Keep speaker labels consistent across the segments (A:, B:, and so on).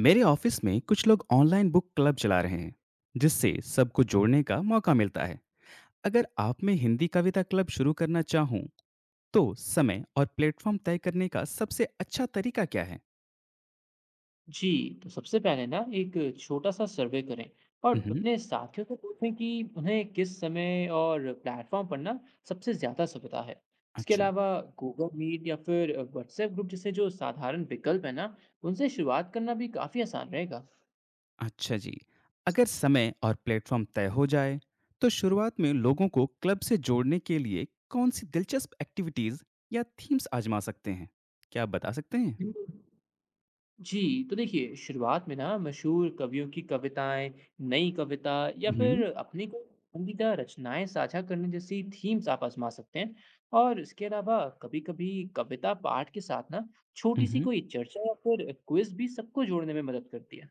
A: मेरे ऑफिस में कुछ लोग ऑनलाइन बुक क्लब चला रहे हैं जिससे सबको जोड़ने का मौका मिलता है। अगर आप में हिंदी कविता क्लब शुरू करना चाहूँ तो समय और प्लेटफॉर्म तय करने का सबसे अच्छा तरीका क्या है?
B: जी। तो सबसे पहले ना एक छोटा सा सर्वे करें और
A: मम्म।
B: अपने साथियों को पूछें कि उन्हें किस समय और प्लेटफॉर्म पर ना सबसे ज़्यादा सुविधा है। इसके
A: अच्छा।
B: अलावा गूगल मीट या फिर व्हाट्सएप ग्रुप जैसे जो साधारण विकल्प है ना, उनसे शुरुआत करना भी काफ़ी आसान रहेगा।
A: अच्छा जी। अगर समय और प्लेटफॉर्म तय हो जाए तो शुरुआत में लोगों को क्लब से जोड़ने के लिए कौन सी दिलचस्प एक्टिविटीज या थीम्स आजमा सकते हैं? क्या आप बता सकते हैं?
B: जी तो देखिए, शुरुआत में ना मशहूर कवियों की कविताएं, नई कविता या
A: मम्म।
B: फिर अपनी कोई पसंदीदा रचनाएं साझा करने जैसी थीम्स आप आजमा सकते हैं। और इसके अलावा कभी कभी कविता पाठ के साथ ना छोटी सी
A: मम्म।
B: कोई चर्चा या फिर क्विज भी सबको जोड़ने में मदद करती है।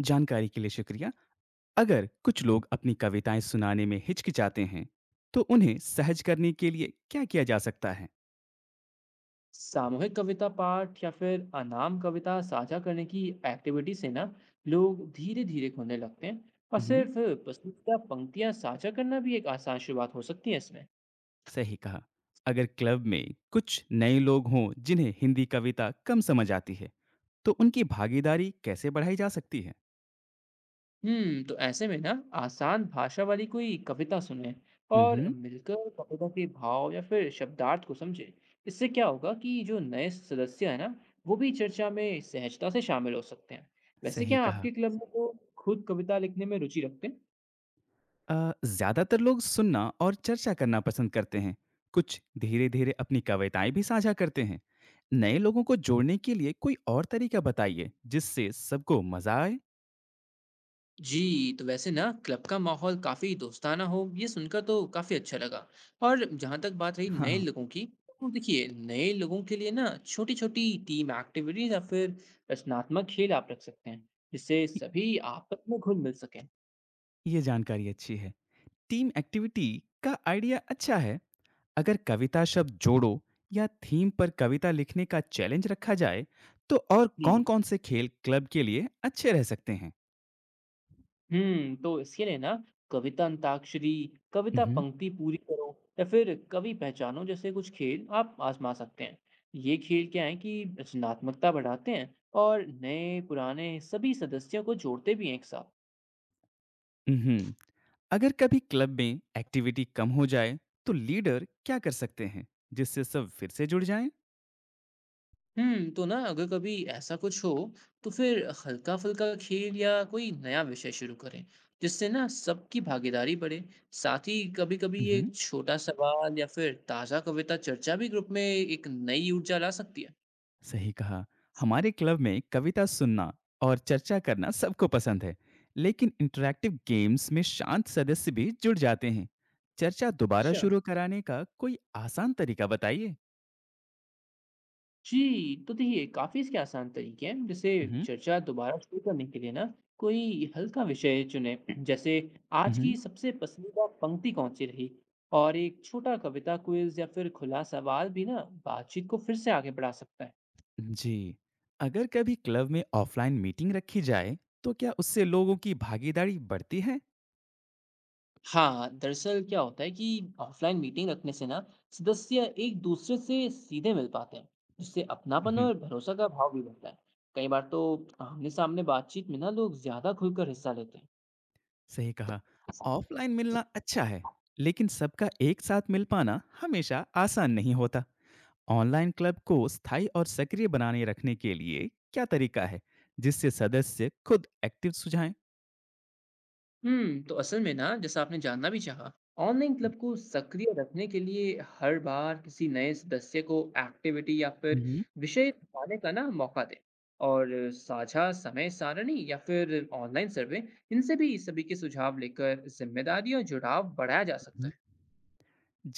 A: जानकारी के लिए शुक्रिया। अगर कुछ लोग अपनी कविताएं सुनाने में हिचकिचाते हैं, तो उन्हें सहज करने के लिए क्या किया जा सकता है?
B: सामूहिक कविता पाठ या फिर अनाम कविता साझा करने की एक्टिविटी से ना लोग धीरे धीरे खुलने लगते हैं। और
A: उहुँ।
B: सिर्फ पसंदीदा पंक्तियां साझा करना भी एक आसान शुरुआत हो सकती है इसमें।
A: सही कहा। अगर क्लब में कुछ नए लोग हों जिन्हें हिंदी कविता कम समझ आती है, तो उनकी भागीदारी कैसे बढ़ाई जा सकती है?
B: हम्म। तो ऐसे में ना आसान भाषा वाली कोई कविता सुने और
A: उहुँ।
B: मिलकर कविता के भाव या फिर शब्दार्थ को समझे। इससे क्या होगा कि जो नए सदस्य है ना, वो भी चर्चा में सहजता से शामिल हो सकते हैं। वैसे
A: सही
B: क्या
A: कहा।
B: आपके क्लब में वो खुद कविता लिखने में रुचि रखते हैं?
A: ज़्यादातर लोग सुनना और चर्चा करना पसंद करते हैं। कुछ धीरे-धीरे अपनी कविताएं भी साझा करते हैं। नए लोगों को जोड़ने के लिए कोई और तरीका बताइए, जिससे सबको मज़ा आए।
B: जी तो वैसे ना, क्लब का माहौल काफी दोस्ताना हो, ये सुनकर तो काफी अच्छा लगा। और जहां तक बात रही नए
A: हाँ।
B: लोगों की, तो देखिए नए लोगों के लिए ना छोटी छोटी टीम एक्टिविटीज या फिर रचनात्मक खेल आप रख सकते हैं, जिससे सभी आपस में घुल मिल सकें।
A: ये जानकारी अच्छी है। टीम एक्टिविटी का आइडिया अच्छा है। अगर कविता शब्द जोड़ो या थीम पर कविता लिखने का चैलेंज रखा जाए, तो और
B: जी।
A: कौन-कौन से खेल क्लब के लिए अच्छे रह सकते हैं?
B: हम्म। तो इसके लिए ना कविता अंताक्षरी, कविता
A: उहुँ।
B: पंक्ति पूरी करो या फिर कवि पहचानो जैसे कुछ खेल आप आजमा सकते हैं। ये खेल क्या है कि रचनात्मकता बढ़ाते हैं और नए पुराने सभी सदस्यों को जोड़ते भी हैं एक साथ।
A: उहुँ। अगर कभी क्लब में एक्टिविटी कम हो जाए, तो लीडर क्या कर सकते हैं, जिससे सब फिर से जुड़ जाएँ?
B: हम्म। तो ना अगर कभी ऐसा कुछ हो तो फिर हल्का फुल्का खेल या कोई नया विषय शुरू करें, जिससे ना सबकी भागीदारी बढ़े। साथ ही कभी कभी
A: उहुँ।
B: एक छोटा सवाल या फिर ताजा कविता चर्चा भी ग्रुप में एक नई ऊर्जा ला सकती है।
A: सही कहा। हमारे क्लब में कविता सुनना और चर्चा करना सबको पसंद है, लेकिन इंटरैक्टिव गेम्स में शांत सदस्य भी जुड़ जाते हैं। चर्चा दोबारा
B: अच्छा।
A: शुरू कराने का कोई आसान तरीका बताइए।
B: जी, तो देखिए काफ़ी इसके आसान तरीके हैं, जैसे
A: मम्म।
B: चर्चा दोबारा शुरू करने के लिए ना कोई हल्का विषय चुनें, जैसे आज
A: मम्म।
B: की सबसे पसंदीदा पंक्ति कौन सी रही। और एक छोटा कविता क्विज़ या फिर खुला सवाल भी ना बातचीत को फिर से आगे बढ़ा सकता है।
A: जी। अगर कभी क्लब में ऑफलाइन मीटिंग रखी जाए तो क्या उससे लोगों की भागीदारी बढ़ती है?
B: हाँ, दरअसल क्या होता है कि ऑफलाइन मीटिंग रखने से ना सदस्य एक दूसरे से सीधे मिल पाते हैं, जिससे अपनापन
A: मम्म।
B: और भरोसा का भाव भी बढ़ता है। कई बार तो आमने सामने बातचीत में ना लोग ज्यादा खुलकर हिस्सा लेते हैं।
A: सही कहा। ऑफलाइन मिलना अच्छा है, लेकिन सबका एक साथ मिल पाना हमेशा आसान नहीं होता। ऑनलाइन क्लब को स्थायी और सक्रिय बनाने रखने के लिए क्या तरीका है जिससे सदस्य खुद एक्टिव सुझाएं?
B: हम्म। तो असल में ना, जैसा आपने जानना भी चाहा, ऑनलाइन क्लब को सक्रिय रखने के लिए हर बार किसी नए सदस्य को एक्टिविटी या फिर
A: हम्म।
B: विषय बताने का ना मौका दें। और साझा समय सारणी या फिर ऑनलाइन सर्वे, इनसे भी सभी के सुझाव लेकर जिम्मेदारी और जुड़ाव बढ़ाया जा सकता
A: हम्म।
B: है।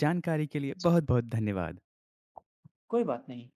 A: जानकारी के लिए बहुत बहुत धन्यवाद।
B: कोई बात नहीं।